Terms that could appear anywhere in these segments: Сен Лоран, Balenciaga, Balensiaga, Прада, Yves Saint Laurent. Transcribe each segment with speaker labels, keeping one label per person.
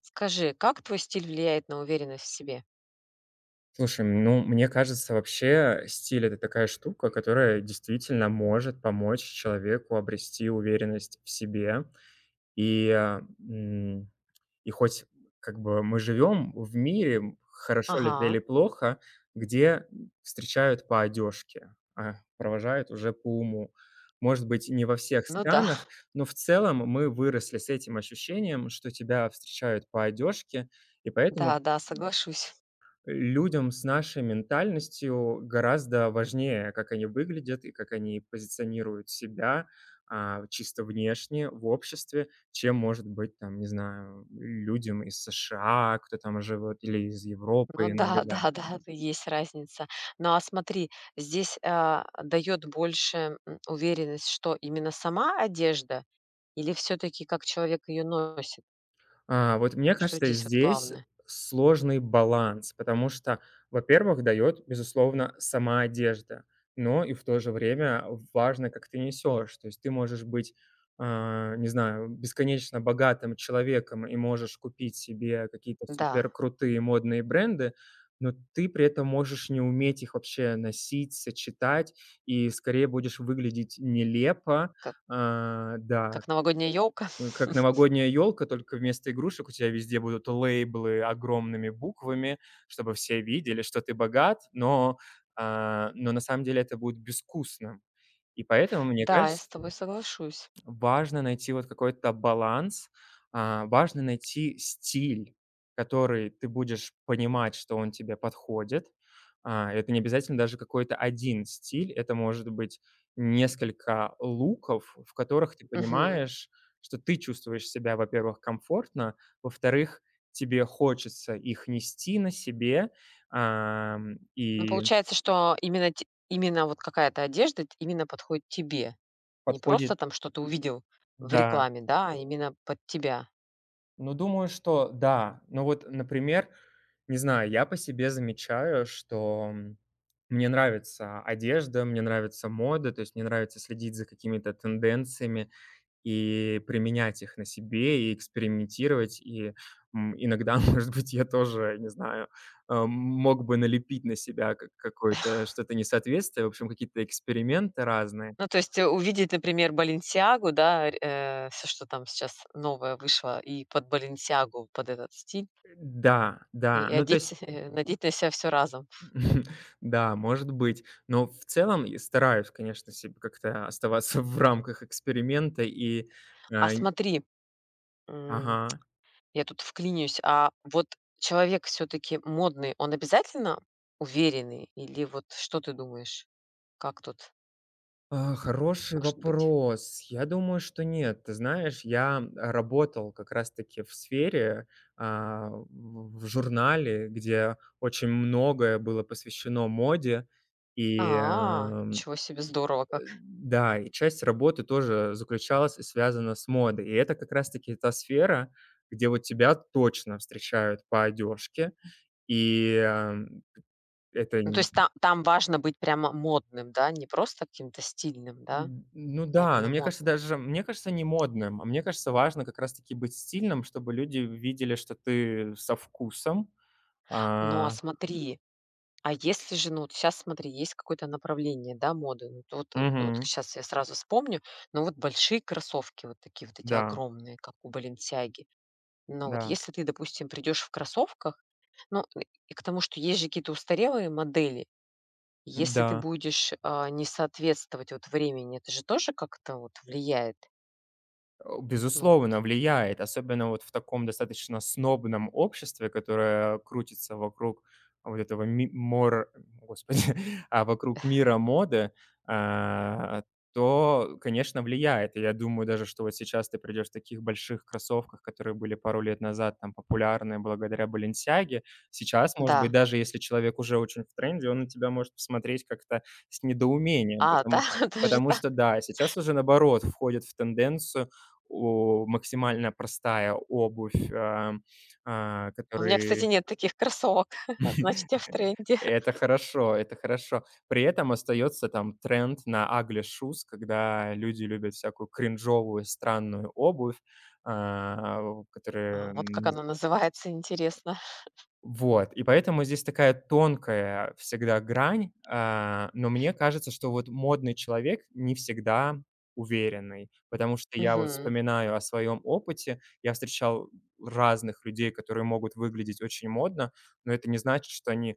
Speaker 1: Скажи, как твой стиль влияет на уверенность в себе?
Speaker 2: Слушай, ну, мне кажется, вообще стиль- это такая штука, которая действительно может помочь человеку обрести уверенность в себе. И, а, м, и хоть как бы мы живем в мире, хорошо ли это
Speaker 1: Ага,
Speaker 2: или плохо, где встречают по одежке, а провожают уже по уму. Может быть, не во всех
Speaker 1: ну да,
Speaker 2: странах, но в целом мы выросли с этим ощущением, что тебя встречают по одежке, и поэтому
Speaker 1: да-да, соглашусь.
Speaker 2: людям с нашей ментальностью гораздо важнее, как они выглядят и как они позиционируют себя, чисто внешне в обществе, чем может быть там, не знаю, людям из США, кто там живет, или из
Speaker 1: Ну
Speaker 2: Европы
Speaker 1: да,
Speaker 2: иногда.
Speaker 1: да-да, есть разница. Ну а смотри, здесь, дает больше, уверенность, что именно сама одежда или все таки как человек ее носит?
Speaker 2: Вот мне
Speaker 1: Что
Speaker 2: кажется,
Speaker 1: здесь вот
Speaker 2: здесь
Speaker 1: главное?
Speaker 2: сложный баланс, потому что, во-первых, дает, безусловно, сама одежда, но и в то же время важно, как ты несешь. То есть ты можешь быть, не знаю, бесконечно богатым человеком и можешь купить себе какие-то
Speaker 1: Да,
Speaker 2: суперкрутые модные бренды, но ты при этом можешь не уметь их вообще носить, сочетать, и скорее будешь выглядеть нелепо.
Speaker 1: как
Speaker 2: А, да,
Speaker 1: как новогодняя елка.
Speaker 2: Э, как новогодняя елка, только вместо игрушек у тебя везде будут лейблы огромными буквами, чтобы все видели, что ты богат, но на самом деле это будет безвкусно. И поэтому, мне
Speaker 1: Да, я с
Speaker 2: кажется,
Speaker 1: тобой соглашусь.
Speaker 2: важно найти вот какой-то баланс, важно найти стиль, который ты будешь понимать, что он тебе подходит. Это не обязательно даже какой-то один стиль, это может быть несколько луков, в которых ты
Speaker 1: Мгм.
Speaker 2: понимаешь, что ты чувствуешь себя, во-первых, комфортно, во-вторых, тебе хочется их нести на себе,
Speaker 1: Ну,
Speaker 2: и
Speaker 1: получается, что именно вот какая-то одежда т именно подходит тебе. Не просто
Speaker 2: подходит,
Speaker 1: там что-то увидел в
Speaker 2: да.
Speaker 1: рекламе, да, а именно под тебя.
Speaker 2: Ну, думаю, что да. Ну вот, например, не знаю, я по себе замечаю, что, мне нравится одежда, мне нравится мода, то есть мне нравится следить за какими-то тенденциями и применять их на себе, и экспериментировать. И, иногда, может быть, я тоже, не знаю, мог бы налепить на себя как какое-то что-то несоответствие, в общем, какие-то эксперименты разные.
Speaker 1: Ну, то есть, увидеть, например, «Баленсиагу», да, всё, что там сейчас новое вышло, и под «Баленсиагу», под этот стиль,
Speaker 2: Да, да.
Speaker 1: и
Speaker 2: Ну, то
Speaker 1: одеть,
Speaker 2: есть
Speaker 1: э, надеть на себя все разом.
Speaker 2: Да, может быть. Но в целом я стараюсь, конечно, себе как-то оставаться в рамках эксперимента и,
Speaker 1: А
Speaker 2: а, н
Speaker 1: смотри, м,
Speaker 2: Ага.
Speaker 1: я тут вклинюсь, а вот человек все таки модный, он обязательно уверенный или вот что ты думаешь? Как тут
Speaker 2: Хороший
Speaker 1: может быть?
Speaker 2: вопрос. Я думаю, что нет. Ты знаешь, я работал как раз таки в сфере, в журнале, где очень многое было посвящено моде. И,
Speaker 1: А,
Speaker 2: а
Speaker 1: ничего себе, здорово
Speaker 2: Э,
Speaker 1: как.
Speaker 2: да, и часть работы тоже заключалась и связана с модой. И это как раз-таки та сфера, где вот тебя точно встречают по одежке. И, это
Speaker 1: Ну, то
Speaker 2: н
Speaker 1: есть та там важно быть прямо модным, да, не просто каким-то стильным, да,
Speaker 2: н ну
Speaker 1: а
Speaker 2: да, но
Speaker 1: именно
Speaker 2: мне кажется,
Speaker 1: модным.
Speaker 2: даже мне кажется, не модным, а мне кажется, важно как раз-таки быть стильным, чтобы люди видели, что ты со вкусом.
Speaker 1: Ну, а
Speaker 2: А,
Speaker 1: смотри, а если же, ну, сейчас смотри, есть какое-то направление, да, моды. Ну, вот
Speaker 2: Мгм.
Speaker 1: я сразу вспомню, но вот большие кроссовки, вот такие вот эти
Speaker 2: Да,
Speaker 1: огромные, как у «Баленсиаги». Но вот
Speaker 2: да,
Speaker 1: если ты, допустим, придешь в кроссовках, ну, и к тому, что есть же какие-то устарелые модели, если ты
Speaker 2: да.
Speaker 1: будешь, не соответствовать вот времени, это же тоже как-то вот влияет. Ну вот,
Speaker 2: Безусловно, влияет, особенно вот в таком достаточно снобном обществе, которое крутится вокруг вот этого ми мор господи, вокруг мира моды, а, то, конечно, влияет. И я думаю даже, что вот сейчас ты придешь в таких больших кроссовках, которые были пару лет назад там популярны благодаря "Баленсиаге". Сейчас, может
Speaker 1: да.
Speaker 2: быть, даже если человек уже очень в тренде, он на тебя может посмотреть как-то с недоумением,
Speaker 1: А, да,
Speaker 2: потому
Speaker 1: даже
Speaker 2: потому
Speaker 1: так?
Speaker 2: что, да, сейчас уже наоборот входит в тенденцию, максимально простая обувь,
Speaker 1: У меня, кстати,
Speaker 2: которые
Speaker 1: нет таких кроссовок. Значит, я в тренде.
Speaker 2: Это хорошо, это хорошо. При этом остается там тренд на ugly shoes, когда люди любят всякую кринжовую, странную обувь, в
Speaker 1: А,
Speaker 2: которые,
Speaker 1: вот как
Speaker 2: не.
Speaker 1: она называется, интересно.
Speaker 2: Вот, и поэтому здесь такая тонкая всегда грань, но мне кажется, что вот модный человек не всегда уверенный, потому что я вот
Speaker 1: Мгм.
Speaker 2: вспоминаю о своем опыте. Я встречал разных людей, которые могут выглядеть очень модно, но это не значит, что они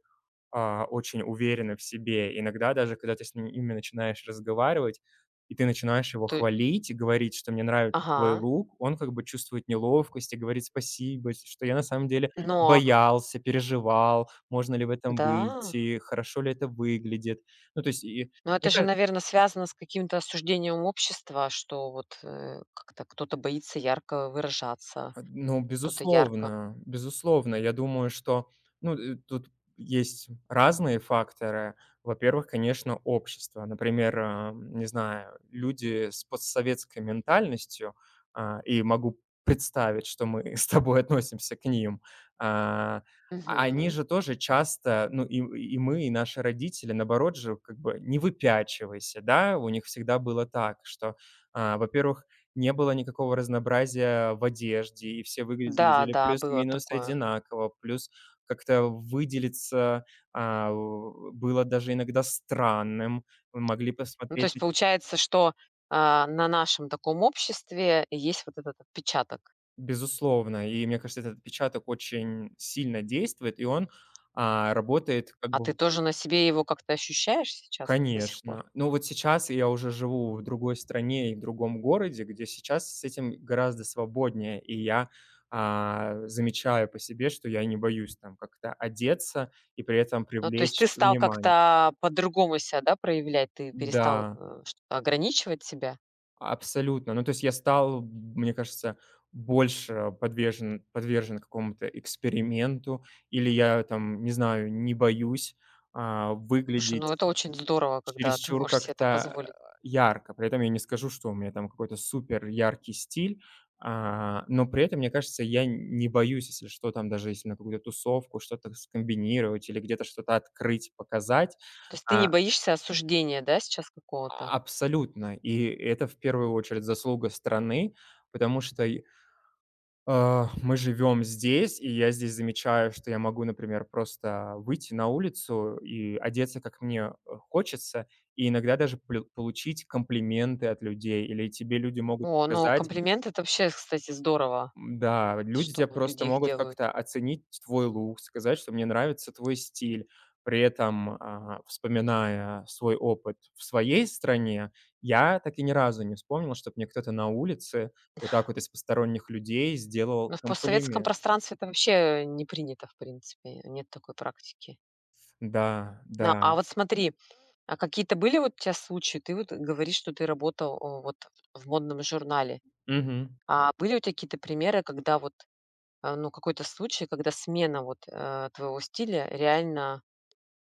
Speaker 2: очень уверены в себе. Иногда даже, когда ты с ним ими начинаешь разговаривать, и ты начинаешь его
Speaker 1: То
Speaker 2: хвалить и говорить, что мне нравится твой
Speaker 1: Ага.
Speaker 2: лук, он как бы чувствует неловкость и говорит спасибо, что я на самом деле
Speaker 1: Но
Speaker 2: боялся, переживал, можно ли в этом
Speaker 1: да,
Speaker 2: выйти, хорошо ли это выглядит. Ну, то есть, и,
Speaker 1: но это
Speaker 2: мне
Speaker 1: же,
Speaker 2: ка-
Speaker 1: наверное, связано с каким-то осуждением общества, что вот, как-то кто-то боится ярко выражаться,
Speaker 2: Ну,
Speaker 1: кто-то ярко
Speaker 2: безусловно, безусловно. Я думаю, что, ну, тут есть разные факторы. Во-первых, конечно, общество. Например, не знаю, люди с постсоветской ментальностью, и могу представить, что мы с тобой относимся к ним, а, а они
Speaker 1: мгм.
Speaker 2: же тоже часто, ну, и мы, и наши родители, наоборот же, как бы: "Не выпячивайся". Да, у них всегда было так, что, во-первых, не было никакого разнообразия в одежде, и все
Speaker 1: Да,
Speaker 2: выглядели
Speaker 1: да, было
Speaker 2: плюс-минус
Speaker 1: такое.
Speaker 2: одинаково. Плюс как-то выделиться, а, у было даже иногда странным. Могли
Speaker 1: Ну, то
Speaker 2: посмотреть
Speaker 1: есть
Speaker 2: на.
Speaker 1: получается, что, на нашем таком обществе есть вот этот отпечаток.
Speaker 2: Безусловно. И мне кажется, этот отпечаток очень сильно действует, и он, работает как
Speaker 1: А
Speaker 2: бы.
Speaker 1: ты тоже на себе его как-то ощущаешь сейчас до сих пор?
Speaker 2: Конечно. Ну вот сейчас я уже живу в другой стране и в другом городе, где сейчас с этим гораздо свободнее. И я, замечаю по себе, что я не боюсь там как-то одеться и при этом
Speaker 1: Ну, то есть
Speaker 2: привлечь
Speaker 1: ты стал
Speaker 2: внимание.
Speaker 1: как-то по-другому себя, да, проявлять? Ты перестал,
Speaker 2: Да,
Speaker 1: что-то ограничивать себя?
Speaker 2: абсолютно. Ну, то есть я стал, мне кажется, больше подвержен какому-то эксперименту или я там, не знаю, не боюсь,
Speaker 1: Слушай, ну это
Speaker 2: выглядеть
Speaker 1: очень здорово, когда ты
Speaker 2: чересчур
Speaker 1: можешь себе это
Speaker 2: как-то,
Speaker 1: позволить.
Speaker 2: ярко. При этом я не скажу, что у меня там какой-то супер яркий стиль, но при этом, мне кажется, я не боюсь, если что, там даже если на какую-то тусовку что-то скомбинировать или где-то что-то открыть, показать.
Speaker 1: То есть ты не
Speaker 2: А,
Speaker 1: боишься осуждения, да, сейчас какого-то?
Speaker 2: Абсолютно. И это в первую очередь заслуга страны, потому что мы живем здесь, и я здесь замечаю, что я могу, например, просто выйти на улицу и одеться, как мне, хочется, и иногда даже плю получить комплименты от людей, или тебе люди могут
Speaker 1: О, ну
Speaker 2: показать
Speaker 1: комплимент — это вообще, кстати, здорово,
Speaker 2: м, Да, люди
Speaker 1: что
Speaker 2: тебя
Speaker 1: люди
Speaker 2: просто
Speaker 1: их
Speaker 2: могут
Speaker 1: делают.
Speaker 2: как-то оценить твой лук, сказать, что мне нравится твой стиль. При этом, вспоминая свой опыт в своей стране, я так и ни разу не вспомнил, чтобы мне кто-то на улице, вот так вот из посторонних людей, сделал
Speaker 1: Но в постсоветском
Speaker 2: комплимент.
Speaker 1: пространстве это вообще не принято, в принципе, нет такой практики.
Speaker 2: Да,
Speaker 1: А
Speaker 2: да.
Speaker 1: вот смотри, а какие-то были вот у тебя случаи? Ты вот говоришь, что ты работал, о, вот в модном журнале.
Speaker 2: Мгм.
Speaker 1: А были у тебя какие-то примеры, когда вот А, ну, какой-то случай, когда смена вот, твоего стиля реально,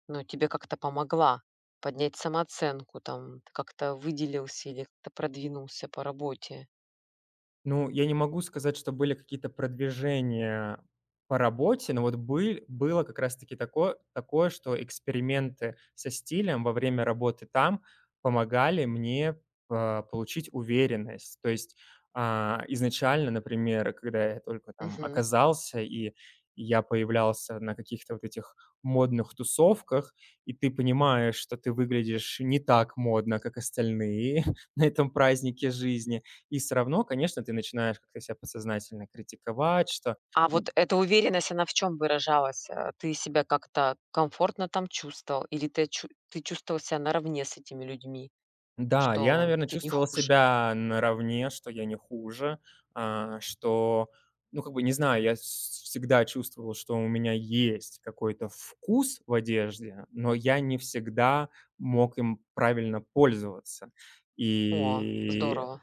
Speaker 1: ну, тебе как-то помогла поднять самооценку, там, ты как-то выделился или как-то продвинулся по работе?
Speaker 2: Ну, я не могу сказать, что были какие-то продвижения по работе, но вот было как раз-таки такое, что эксперименты со стилем во время работы там помогали мне, получить уверенность. То есть, изначально, например, когда я только там
Speaker 1: Мгм.
Speaker 2: оказался и я появлялся на каких-то вот этих модных тусовках, и ты понимаешь, что ты выглядишь не так модно, как остальные на этом празднике жизни. И всё равно, конечно, ты начинаешь как-то себя подсознательно критиковать, что
Speaker 1: А вот эта уверенность, она в чем выражалась? Ты себя как-то комфортно там чувствовал или ты чувствовал себя наравне с этими людьми,
Speaker 2: да, я,
Speaker 1: что
Speaker 2: наверное,
Speaker 1: ты не
Speaker 2: чувствовал
Speaker 1: хуже?
Speaker 2: себя наравне, что я не хуже, что, ну, как бы, не знаю, я вс всегда чувствовал, что у меня есть какой-то вкус в одежде, но я не всегда мог им правильно пользоваться.
Speaker 1: О,
Speaker 2: И,
Speaker 1: здорово.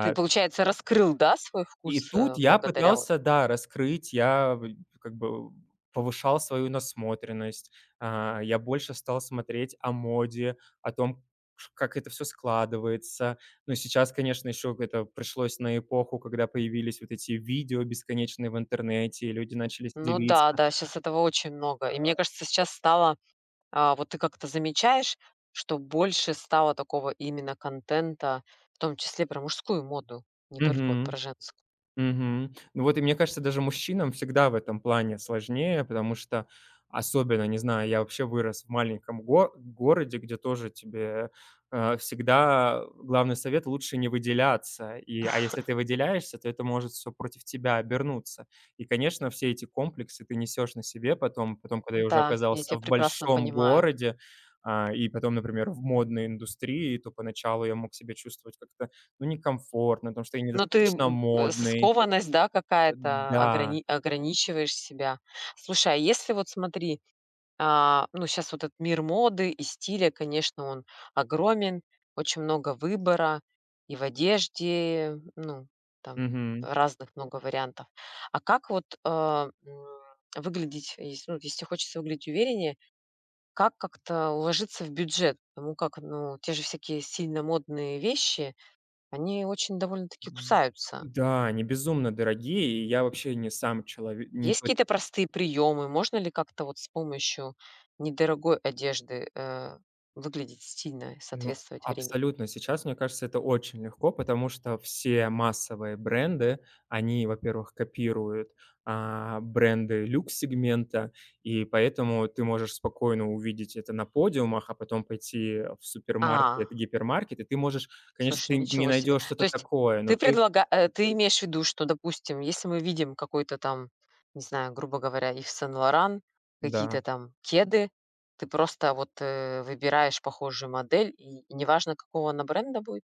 Speaker 1: Ты, получается, раскрыл, да, свой
Speaker 2: И
Speaker 1: вкус,
Speaker 2: тут я
Speaker 1: благодаря вот
Speaker 2: пытался, да, раскрыть, я в как бы повышал свою насмотренность, я больше стал смотреть о моде, о том, ш как это все складывается. Ну, сейчас, конечно, еще это пришлось на эпоху, когда появились вот эти видео бесконечные в интернете, и люди начали
Speaker 1: Ну
Speaker 2: делиться.
Speaker 1: да, да, сейчас этого очень много. И мне кажется, сейчас стало А, вот ты как-то замечаешь, что больше стало такого именно контента, в том числе про мужскую моду, не только вот
Speaker 2: Мгм.
Speaker 1: про женскую?
Speaker 2: Мгм. Ну вот и мне кажется, даже мужчинам всегда в этом плане сложнее, потому что особенно, не знаю, я вообще вырос в маленьком го городе, где тоже тебе, всегда главный совет- лучше не выделяться. И, если ты выделяешься, то это может все против тебя обернуться. И, конечно, все эти комплексы ты несешь на себе потом. Потом, когда я уже
Speaker 1: Да, я
Speaker 2: оказался
Speaker 1: тебя
Speaker 2: в
Speaker 1: прекрасно
Speaker 2: большом
Speaker 1: понимаю.
Speaker 2: городе, и потом, например, в модной индустрии, то поначалу я мог себя чувствовать как-то, ну, некомфортно, потому что я
Speaker 1: Но ты,
Speaker 2: недостаточно
Speaker 1: с
Speaker 2: модный.
Speaker 1: скованность, да, какая-то,
Speaker 2: Да,
Speaker 1: ограничиваешь себя. Слушай, а если вот смотри ну, сейчас вот этот мир моды и стиля, конечно, он огромен, очень много выбора и в одежде, ну, там
Speaker 2: мгм.
Speaker 1: разных много вариантов. А как вот, выглядеть, если, ну, если хочется выглядеть увереннее, как-то уложиться в бюджет? Потому как, ну, те же всякие сильно модные вещи, они очень довольно-таки
Speaker 2: М,
Speaker 1: кусаются.
Speaker 2: да, они безумно дорогие, и я вообще не сам человек, не
Speaker 1: Есть
Speaker 2: тот
Speaker 1: какие-то простые приемы? Можно ли как-то вот с помощью недорогой одежды, выглядеть стильно и
Speaker 2: ну,
Speaker 1: соответствовать времени?
Speaker 2: абсолютно. Сейчас, мне кажется, это очень легко, потому что все массовые бренды, они, во-первых, копируют, бренды люкс-сегмента, и поэтому ты можешь спокойно увидеть это на подиумах, а потом пойти в
Speaker 1: А,
Speaker 2: супермаркет, гипермаркет, и ты можешь, конечно,
Speaker 1: слушай,
Speaker 2: ты не
Speaker 1: ничего себе.
Speaker 2: найдешь
Speaker 1: То
Speaker 2: что-то
Speaker 1: есть
Speaker 2: такое, но ты
Speaker 1: ты имеешь в виду, что, допустим, если мы видим какой-то там, не знаю, грубо говоря, Yves Сен-Лоран
Speaker 2: да.
Speaker 1: какие-то там кеды, ты просто вот, выбираешь похожую модель, и неважно, какого она бренда будет?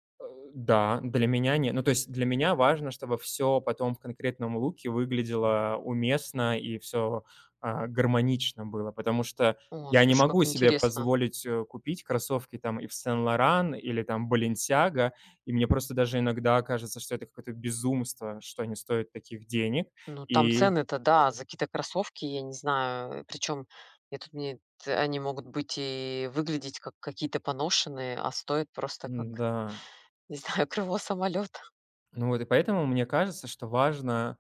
Speaker 2: Да, для меня не ну, то есть для меня важно, чтобы все потом в конкретном луке выглядело уместно и все гармонично было, потому что
Speaker 1: О,
Speaker 2: я не
Speaker 1: слушай,
Speaker 2: могу
Speaker 1: как
Speaker 2: себе
Speaker 1: интересно.
Speaker 2: позволить, купить кроссовки там и в Сен Лоран или там Balenciaga, и мне просто даже иногда кажется, что это какое-то безумство, что они стоят таких денег.
Speaker 1: Ну, там
Speaker 2: И
Speaker 1: цены-то, да, за какие-то кроссовки, я не знаю. Причем я тут мне т они могут быть и выглядеть как какие-то поношенные, а стоят просто как,
Speaker 2: м-да.
Speaker 1: не знаю, крыло самолета.
Speaker 2: Ну вот, и поэтому мне кажется, что важно,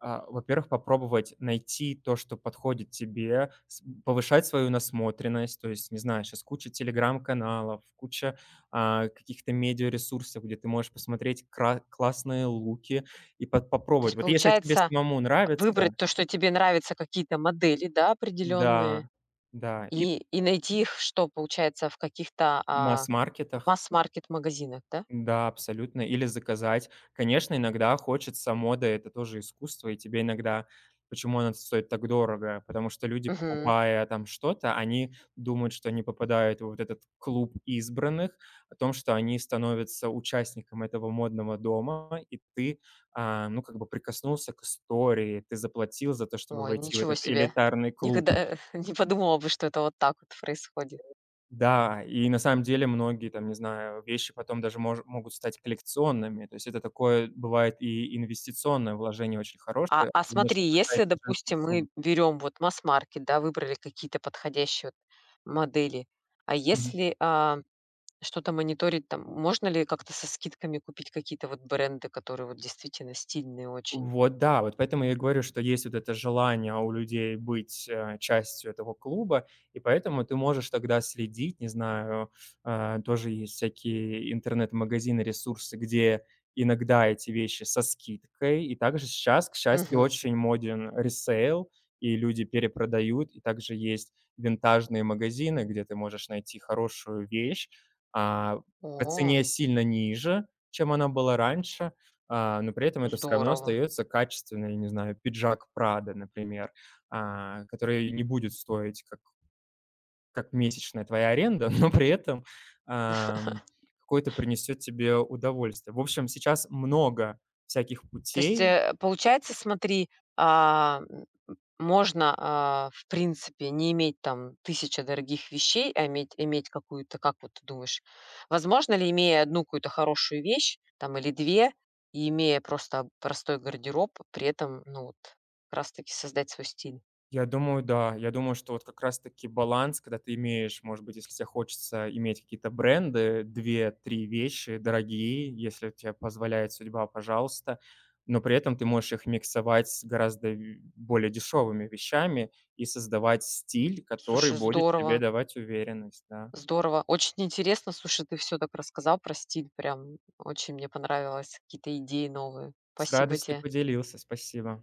Speaker 2: во-первых, попробовать найти то, что подходит тебе, повышать свою насмотренность. То есть, не знаю, сейчас куча телеграм-каналов, куча каких-то медиаресурсов, где ты можешь посмотреть классные луки и по-
Speaker 1: То
Speaker 2: попробовать.
Speaker 1: есть
Speaker 2: Вот если тебе
Speaker 1: получается,
Speaker 2: самому нравится,
Speaker 1: выбрать то, что тебе нравится, какие-то модели, да, определенные,
Speaker 2: да, да, и
Speaker 1: и найти их, что получается, в каких-то,
Speaker 2: в масс-маркетах.
Speaker 1: масс-маркет магазинах, да?
Speaker 2: Да, абсолютно. Или заказать. Конечно, иногда хочется, мода- это тоже искусство, и тебе иногда почему она стоит так дорого? Потому что люди,
Speaker 1: Мгм.
Speaker 2: покупая там что-то, они думают, что они попадают в вот этот клуб избранных, о том, что они становятся участником этого модного дома, и ты, ну, как бы прикоснулся к истории, ты заплатил за то, чтобы
Speaker 1: Ой,
Speaker 2: войти в
Speaker 1: ничего
Speaker 2: этот
Speaker 1: себе.
Speaker 2: элитарный клуб.
Speaker 1: Никогда, не подумала бы, что это вот так вот происходит.
Speaker 2: Да, и на самом деле многие там, не знаю, вещи потом даже мож могут стать коллекционными. То есть это такое бывает и инвестиционное вложение очень хорошее,
Speaker 1: А
Speaker 2: именно
Speaker 1: смотри,
Speaker 2: что
Speaker 1: если,
Speaker 2: касается женских
Speaker 1: допустим,
Speaker 2: сумм.
Speaker 1: мы берем вот масс-маркет, да, выбрали какие-то подходящие вот модели, а если а, что-то мониторить, там, можно ли как-то со скидками купить какие-то вот бренды, которые вот действительно стильные очень?
Speaker 2: Вот да, вот поэтому я и говорю, что есть вот это желание у людей быть, частью этого клуба, и поэтому ты можешь тогда следить, не знаю, тоже есть всякие интернет-магазины, ресурсы, где иногда эти вещи со скидкой. И также сейчас, к счастью,
Speaker 1: Мгм.
Speaker 2: очень моден ресейл, и люди перепродают. И также есть винтажные магазины, где ты можешь найти хорошую вещь, а, по
Speaker 1: О,
Speaker 2: цене сильно ниже, чем она была раньше. Но при этом это все равно
Speaker 1: здорово.
Speaker 2: остается качественный, я не знаю, пиджак "Прада", например, который не будет стоить как месячная твоя аренда, но при этом, ам, какое-то принесет тебе удовольствие. В общем, сейчас много всяких
Speaker 1: То есть,
Speaker 2: путей.
Speaker 1: получается, смотри, а, м, можно, в принципе, не иметь там тысяча дорогих вещей, а иметь какую-то, как вот ты думаешь, возможно ли, имея одну какую-то хорошую вещь там или 2, и имея просто простой гардероб, при этом, ну вот, как раз таки создать свой стиль?
Speaker 2: Я думаю, да. Я думаю, что вот как раз-таки баланс, когда ты имеешь, может быть, если тебе хочется иметь какие-то бренды, две-три вещи дорогие, если тебе позволяет судьба, пожалуйста, но при этом ты можешь их миксовать с гораздо в более дешевыми вещами и создавать стиль, который
Speaker 1: Слушай,
Speaker 2: будет тебе
Speaker 1: здорово,
Speaker 2: давать уверенность, да.
Speaker 1: здорово. Очень интересно. Слушай, ты все так рассказал про стиль, прям очень мне понравилось, какие-то идеи новые.
Speaker 2: С
Speaker 1: Спасибо
Speaker 2: радостью
Speaker 1: тебе.
Speaker 2: поделился, спасибо.